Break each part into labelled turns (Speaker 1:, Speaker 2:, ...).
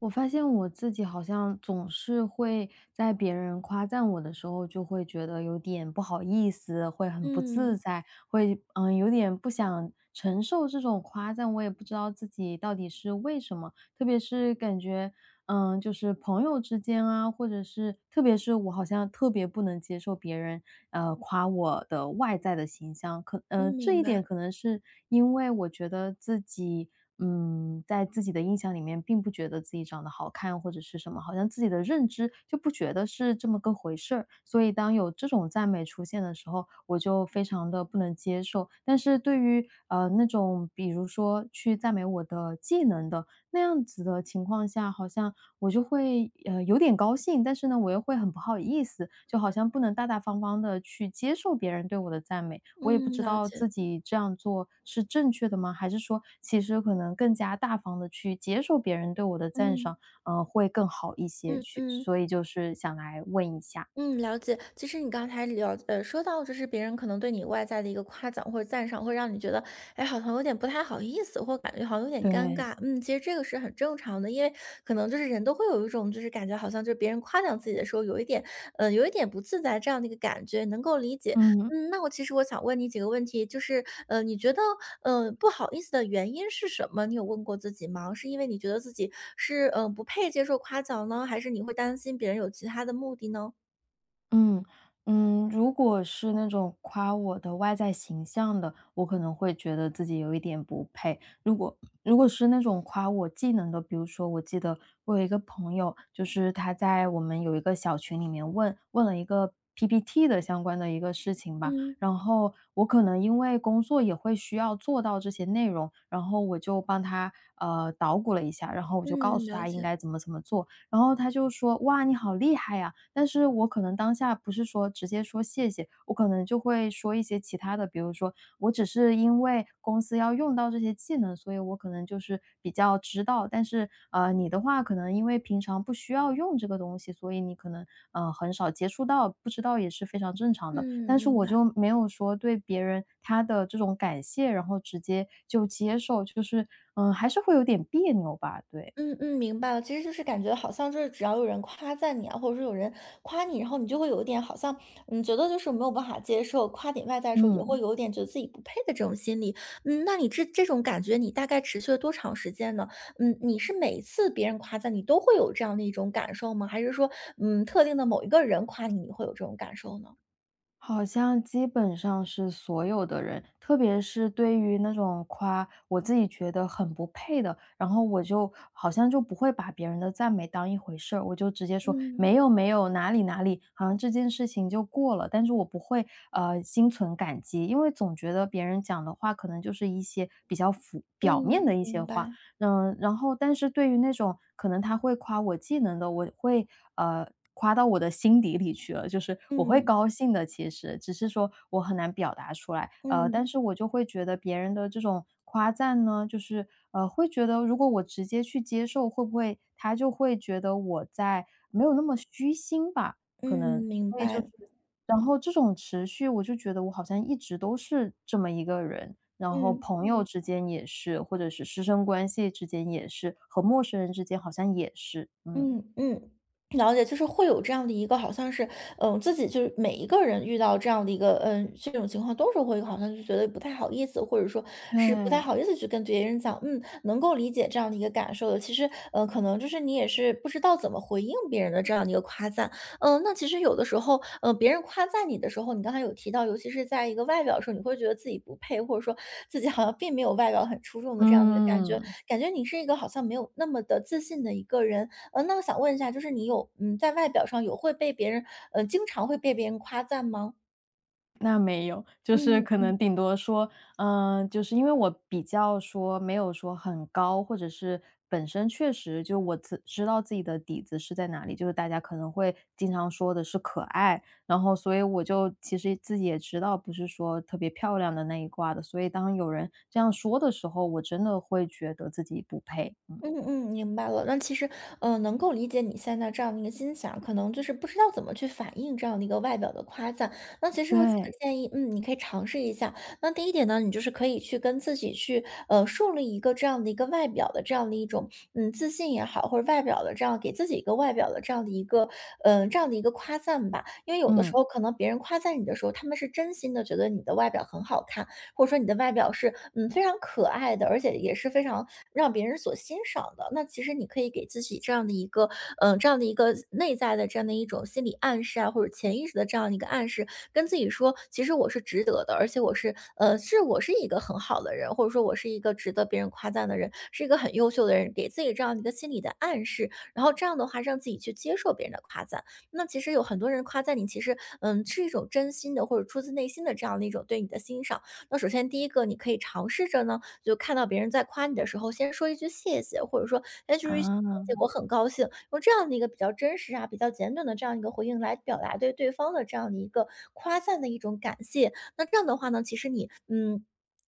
Speaker 1: 我发现我自己好像总是会在别人夸赞我的时候，就会觉得有点不好意思，会很不自
Speaker 2: 嗯，
Speaker 1: 在，会有点不想承受这种夸赞。我也不知道自己到底是为什么，特别是感觉就是朋友之间啊，或者是特别是我好像特别不能接受别人夸我的外在的形象。
Speaker 2: 嗯，
Speaker 1: 这
Speaker 2: 明
Speaker 1: 一
Speaker 2: 白，
Speaker 1: 点可能是因为我觉得自己，在自己的印象里面，并不觉得自己长得好看或者是什么，好像自己的认知就不觉得是这么个回事儿。所以当有这种赞美出现的时候，我就非常的不能接受。但是对于那种比如说去赞美我的技能的那样子的情况下，好像我就会，有点高兴，但是呢，我又会很不好意思，就好像不能大大方方的去接受别人对我的赞美。我也不
Speaker 2: 嗯，
Speaker 1: 知
Speaker 2: 了
Speaker 1: 道
Speaker 2: 解，
Speaker 1: 自己这样做是正确的吗？还是说其实可能更加大方的去接受别人对我的赞
Speaker 2: 嗯，
Speaker 1: 赏，会更好一些，
Speaker 2: 嗯
Speaker 1: 去
Speaker 2: 嗯。
Speaker 1: 所以就是想来问一下。
Speaker 2: 嗯，了解。其实你刚才聊，说到就是别人可能对你外在的一个夸奖或者赞赏，会让你觉得，哎，好像有点不太好意思，或感觉好像有点尴
Speaker 1: 对。
Speaker 2: 尬。嗯，其实这个是很正常的，因为可能就是人都会有一种就是感觉好像就是别人夸奖自己的时候，有一点，有一点不自在这样的一个感觉，能够理解。
Speaker 1: 嗯。
Speaker 2: 嗯，那我其实我想问你几个问题，就是，你觉得，不好意思的原因是什么？你有问过自己吗？是因为你觉得自己是，不配接受夸奖呢，还是你会担心别人有其他的目的呢？
Speaker 1: 嗯嗯，如果是那种夸我的外在形象的，我可能会觉得自己有一点不配。如果是那种夸我技能的，比如说，我记得我有一个朋友，就是他在我们有一个小群里面问了一个 PPT 的相关的一个事情吧，
Speaker 2: 嗯，
Speaker 1: 然后我可能因为工作也会需要做到这些内容，然后我就帮他捣鼓了一下，然后我就告
Speaker 2: 嗯，
Speaker 1: 诉
Speaker 2: 了
Speaker 1: 他应
Speaker 2: 解，
Speaker 1: 该怎么怎么做。然后他就说：“哇，你好厉害呀！”但是我可能当下不是说直接说谢谢，我可能就会说一些其他的，比如说我只是因为公司要用到这些技能，所以我可能就是比较知道，但是你的话可能因为平常不需要用这个东西，所以你可能很少接触到，不知道也是非常正常的。
Speaker 2: 嗯，
Speaker 1: 但是
Speaker 2: 明
Speaker 1: 我
Speaker 2: 白，
Speaker 1: 就没有说对别人他的这种感谢，然后直接就接受，就是还是会有点别扭吧，对，
Speaker 2: 嗯，明白了。其实就是感觉好像就是只要有人夸赞你啊，或者说有人夸你，然后你就会有一点好像，嗯，觉得就是没有办法接受，夸点外在的时候也会
Speaker 1: 嗯。
Speaker 2: 有一点觉得自己不配的这种心理。嗯，那你这种感觉你大概持续了多长时间呢？嗯，你是每一次别人夸赞你都会有这样的一种感受吗？还是说，嗯，特定的某一个人夸你，你会有这种感受呢？
Speaker 1: 好像基本上是所有的人，特别是对于那种夸我自己觉得很不配的，然后我就好像就不会把别人的赞美当一回事儿，我就直接说
Speaker 2: 嗯
Speaker 1: 没有没有哪里哪里，好像这件事情就过了。但是我不会心存感激，因为总觉得别人讲的话可能就是一些比较浮表面
Speaker 2: 嗯，
Speaker 1: 的一些
Speaker 2: 明
Speaker 1: 话，
Speaker 2: 白，
Speaker 1: 嗯，然后但是对于那种可能他会夸我技能的，我会，夸到我的心底里去了，就是我会
Speaker 2: 嗯
Speaker 1: 高兴的，其实，只是说我很难表达出来。但
Speaker 2: 嗯
Speaker 1: 是我就会觉得别人的这种夸赞呢，就是，会觉得如果我直接去接受，会不会他就会觉得我在没有那么虚心吧，可能。
Speaker 2: 嗯，明
Speaker 1: 所以就是
Speaker 2: 白，
Speaker 1: 然后这种持续，我就觉得我好像一直都是这么一个人。然后
Speaker 2: 嗯。
Speaker 1: 朋友之间也是，或者是师生关系之间也是，和陌生人之间好像也是，嗯。
Speaker 2: 嗯嗯，了解，就是会有这样的一个，好像是，嗯，自己就是每一个人遇到这样的一个，嗯，这种情况都是会好像就觉得不太好意思，或者说是不太
Speaker 1: 对，
Speaker 2: 好意思去跟别人讲，嗯，能够理解这样的一个感受的。其实，可能就是你也是不知道怎么回应别人的这样的一个夸赞，嗯，那其实有的时候，嗯，别人夸赞你的时候，你刚才有提到，尤其是在一个外表的时候，你会觉得自己不配，或者说自己好像并没有外表很出众的这样的一个感觉，
Speaker 1: 嗯。
Speaker 2: 感觉你是一个好像没有那么的自信的一个人。那我想问一下，就是你有嗯，在外表上有会被别人经常会被别人夸赞吗？
Speaker 1: 那没有，就是
Speaker 2: 嗯
Speaker 1: 可
Speaker 2: 嗯。
Speaker 1: 能顶多说，就是因为我比较说没有说很高，或者是本身确实就我自知道自己的底子是在哪里，就是大家可能会经常说的是可爱，然后所以我就其实自己也知道不是说特别漂亮的那一挂的，所以当有人这样说的时候，我真的会觉得自己不配，嗯
Speaker 2: 嗯嗯，明白了。那其实，能够理解你现在这样的一个心想，可能就是不知道怎么去反应这样的一个外表的夸赞。那其实有几个
Speaker 1: 对，
Speaker 2: 建议，嗯，你可以尝试一下。那第一点呢，你就是可以去跟自己去，树立一个这样的一个外表的这样的一种，嗯，自信也好，或者外表的这样给自己一个外表的这样的一个，这样的一个夸赞吧。因为有的时
Speaker 1: 嗯
Speaker 2: 候可能别人夸赞你的时候，他们是真心的觉得你的外表很好看。或者说你的外表是嗯非常可爱的，而且也是非常让别人所欣赏的，那其实你可以给自己这样的一个这样的一个内在的这样的一种心理暗示啊，或者潜意识的这样的一个暗示，跟自己说，其实我是值得的，而且我是一个很好的人，或者说我是一个值得别人夸赞的人，是一个很优秀的人，给自己这样的一个心理的暗示，然后这样的话让自己去接受别人的夸赞。那其实有很多人夸赞你，其实嗯是一种真心的或者出自内心的这样的一种对你的欣赏。那首先第一个，你可以尝试着呢，就看到别人在夸你的时候，先说一句谢谢，或者说，哎，就是谢谢，
Speaker 1: 啊，
Speaker 2: 我很高兴，用这样的一个比较真实啊、比较简短的这样一个回应来表达对对方的这样的一个夸赞的一种感谢。那这样的话呢，其实你，嗯。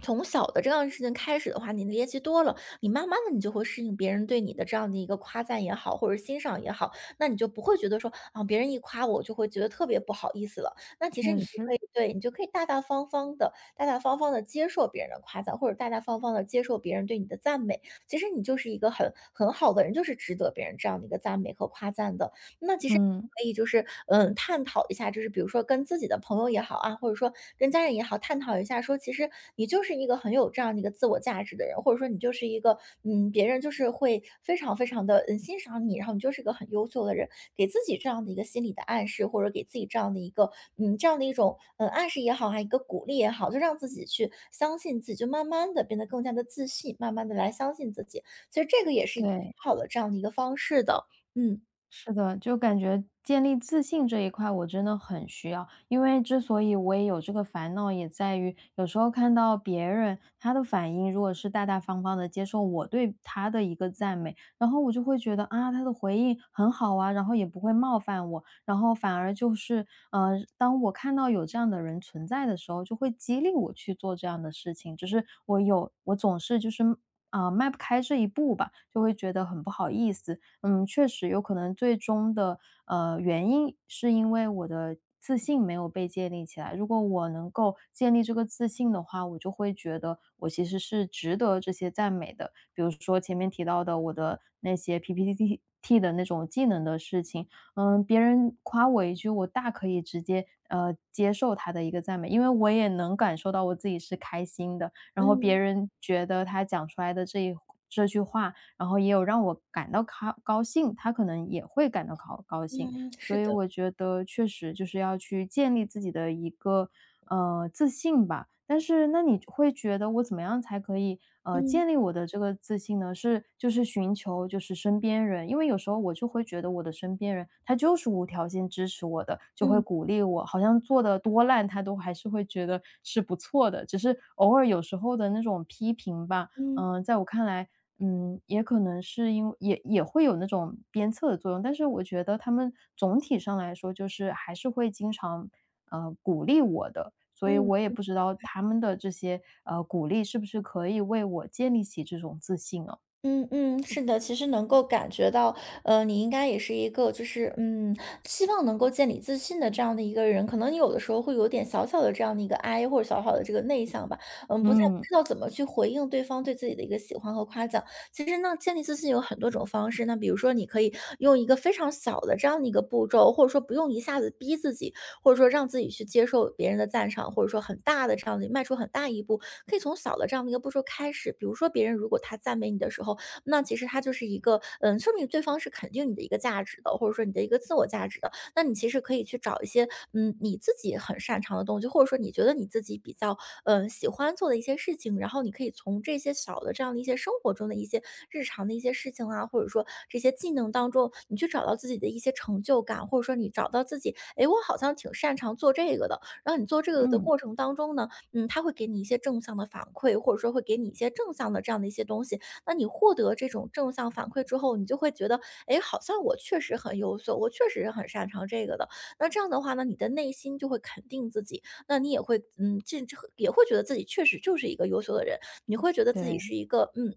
Speaker 2: 从小的这样的事情开始的话，你练习多了，你慢慢的你就会适应别人对你的这样的一个夸赞也好，或者欣赏也好，那你就不会觉得说啊，别人一夸我就会觉得特别不好意思了。那其实
Speaker 1: 确
Speaker 2: 你就可以
Speaker 1: 实，
Speaker 2: 对你就可以大大方方的接受别人的夸赞，或者大大方方的接受别人对你的赞美，其实你就是一个很好的人，就是值得别人这样的一个赞美和夸赞的。那其实
Speaker 1: 嗯，
Speaker 2: 可以就是，嗯，探讨一下，就是比如说跟自己的朋友也好啊，或者说跟家人也好，探讨一下说，其实你就是一个很有这样的一个自我价值的人，或者说你就是一个，嗯，别人就是会非常非常的嗯欣赏你，然后你就是一个很优秀的人，给自己这样的一个心理的暗示，或者给自己这样的一个，嗯，这样的一种，嗯，暗示也好，还有一个鼓励也好，就让自己去相信自己，就慢慢的变得更加的自信，慢慢的来相信自己。其实这个也是一个
Speaker 1: 对。
Speaker 2: 很好的这样的一个方式的，嗯
Speaker 1: 是的，就感觉建立自信这一块我真的很需要，因为之所以我也有这个烦恼，也在于有时候看到别人他的反应，如果是大大方方的接受我对他的一个赞美，然后我就会觉得啊，他的回应很好啊，然后也不会冒犯我，然后反而就是当我看到有这样的人存在的时候，就会激励我去做这样的事情，只是我有我总是就是。迈不开这一步吧，就会觉得很不好意思。嗯，确实有可能最终的，原因是因为我的自信没有被建立起来。如果我能够建立这个自信的话，我就会觉得我其实是值得这些赞美的。比如说前面提到的我的那些 PPT 的那种技能的事情，嗯，别人夸我一句，我大可以直接，接受他的一个赞美，因为我也能感受到我自己是开心的，然后别
Speaker 2: 嗯。
Speaker 1: 人觉得他讲出来的这一这句话然后也有让我感到高兴，他可能也会感到高兴。
Speaker 2: 嗯
Speaker 1: 所
Speaker 2: 是
Speaker 1: 以
Speaker 2: 的，
Speaker 1: 我觉得确实就是要去建立自己的一个自信吧。但是那你会觉得我怎么样才可以
Speaker 2: 嗯
Speaker 1: 建立我的这个自信呢？是就是寻求就是身边人，因为有时候我就会觉得我的身边人他就是无条件支持我的，就会
Speaker 2: 嗯
Speaker 1: 鼓励我，好像做的多烂他都还是会觉得是不错的，只是偶尔有时候的那种批评吧，
Speaker 2: 嗯
Speaker 1: 嗯，在我看来，嗯，也可能是因为也会有那种鞭策的作用，但是我觉得他们总体上来说，就是还是会经常，鼓励我的。所以我也
Speaker 2: 嗯。
Speaker 1: 不知道他们的这些，鼓励是不是可以为我建立起这种自信啊。
Speaker 2: 嗯嗯，是的，其实能够感觉到，你应该也是一个，就是，嗯，希望能够建立自信的这样的一个人。可能你有的时候会有点小小的这样的一个 I，或者小小的这个内向吧，嗯，不太
Speaker 1: 嗯，
Speaker 2: 知道怎么去回应对方对自己的一个喜欢和夸奖。其实呢，建立自信有很多种方式。那比如说，你可以用一个非常小的这样的一个步骤，或者说不用一下子逼自己，或者说让自己去接受别人的赞赏，或者说很大的这样的迈出很大一步，可以从小的这样的一个步骤开始。比如说，别人如果他赞美你的时候，那其实它就是一个，嗯，说明对方是肯定你的一个价值的，或者说你的一个自我价值的。那你其实可以去找一些，嗯，你自己很擅长的东西，或者说你觉得你自己比较，嗯，喜欢做的一些事情，然后你可以从这些小的这样的一些生活中的一些日常的一些事情啊，或者说这些技能当中，你去找到自己的一些成就感，或者说你找到自己，哎，我好像挺擅长做这个的。然后你做这个的
Speaker 1: 嗯，
Speaker 2: 过程当中呢，嗯，他会给你一些正向的反馈，或者说会给你一些正向的这样的一些东西，那你获得这种正向反馈之后，你就会觉得，哎，好像我确实很优秀，我确实是很擅长这个的。那这样的话呢，你的内心就会肯定自己，那你也会，嗯，这也会觉得自己确实就是一个优秀的人，你会觉得自己是
Speaker 1: 对，
Speaker 2: 一个，嗯。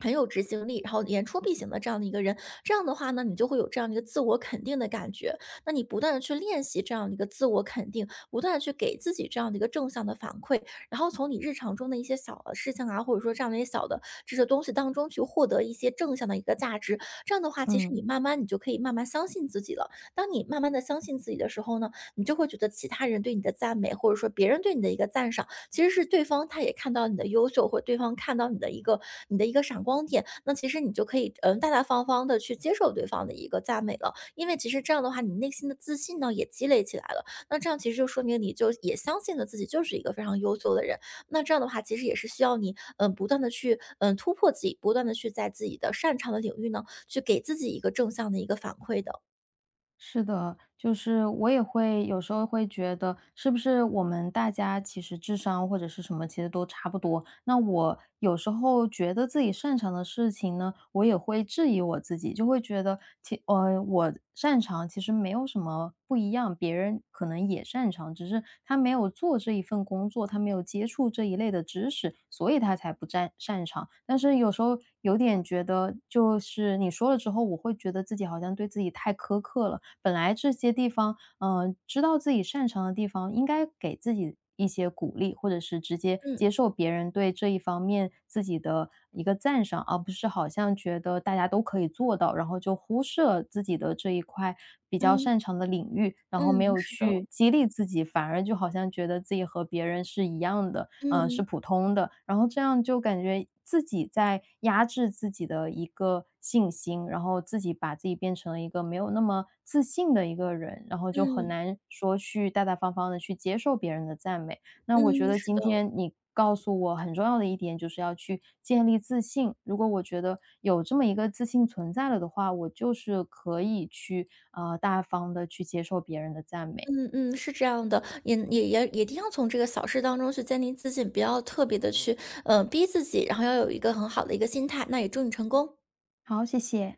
Speaker 2: 很有执行力，然后言出必行的这样的一个人，这样的话呢，你就会有这样的一个自我肯定的感觉。那你不断的去练习这样的一个自我肯定，不断的去给自己这样的一个正向的反馈，然后从你日常中的一些小的事情啊，或者说这样的一些小的这些东西当中去获得一些正向的一个价值。这样的话，其实你
Speaker 1: 嗯。
Speaker 2: 慢慢你就可以慢慢相信自己了。当你慢慢的相信自己的时候呢，你就会觉得其他人对你的赞美，或者说别人对你的一个赞赏，其实是对方他也看到你的优秀，或者对方看到你的一个闪光点。那其实你就可以嗯大大方方的去接受对方的一个赞美了，因为其实这样的话，你内心的自信呢也积累起来了。那这样其实就说明你就也相信了自己就是一个非常优秀的人，那这样的话其实也是需要你，嗯，不断的去，嗯，突破自己，不断的去在自己的擅长的领域呢，去给自己一个正向的一个反馈的。
Speaker 1: 是的，就是我也会有时候会觉得，是不是我们大家其实智商或者是什么，其实都差不多。那我有时候觉得自己擅长的事情呢，我也会质疑我自己，就会觉得我擅长其实没有什么什么不一样，别人可能也擅长，只是他没有做这一份工作，他没有接触这一类的知识，所以他才不擅长。但是有时候有点觉得，就是你说了之后，我会觉得自己好像对自己太苛刻了。本来这些地方嗯，知道自己擅长的地方，应该给自己一些鼓励，或者是直接
Speaker 2: 嗯，
Speaker 1: 接受别人对这一方面自己的一个赞赏，而不是好像觉得大家都可以做到，然后就忽视了自己的这一块比较
Speaker 2: 嗯，
Speaker 1: 擅长的领域，然
Speaker 2: 嗯，
Speaker 1: 后没有
Speaker 2: 是的，
Speaker 1: 去激励自己，反而就好像觉得自己和别人是一样的，嗯，是
Speaker 2: 嗯，
Speaker 1: 普通的，然后这样就感觉自己在压制自己的一个信心，然后自己把自己变成了一个没有那么自信的一个人，然后就很
Speaker 2: 嗯，
Speaker 1: 难说去大大方方的去接受别人的赞美。那我觉
Speaker 2: 嗯，
Speaker 1: 得
Speaker 2: 是的，
Speaker 1: 今天你告诉我很重要的一点，就是要去建立自信。如果我觉得有这么一个自信存在了的话，我就是可以去，大方的去接受别人的赞美。
Speaker 2: 嗯，嗯，是这样的，也一定要从这个小事当中去建立自信，不要特别的去，嗯，逼自己，然后要有一个很好的一个心态，那也祝你成功。
Speaker 1: 好，谢谢。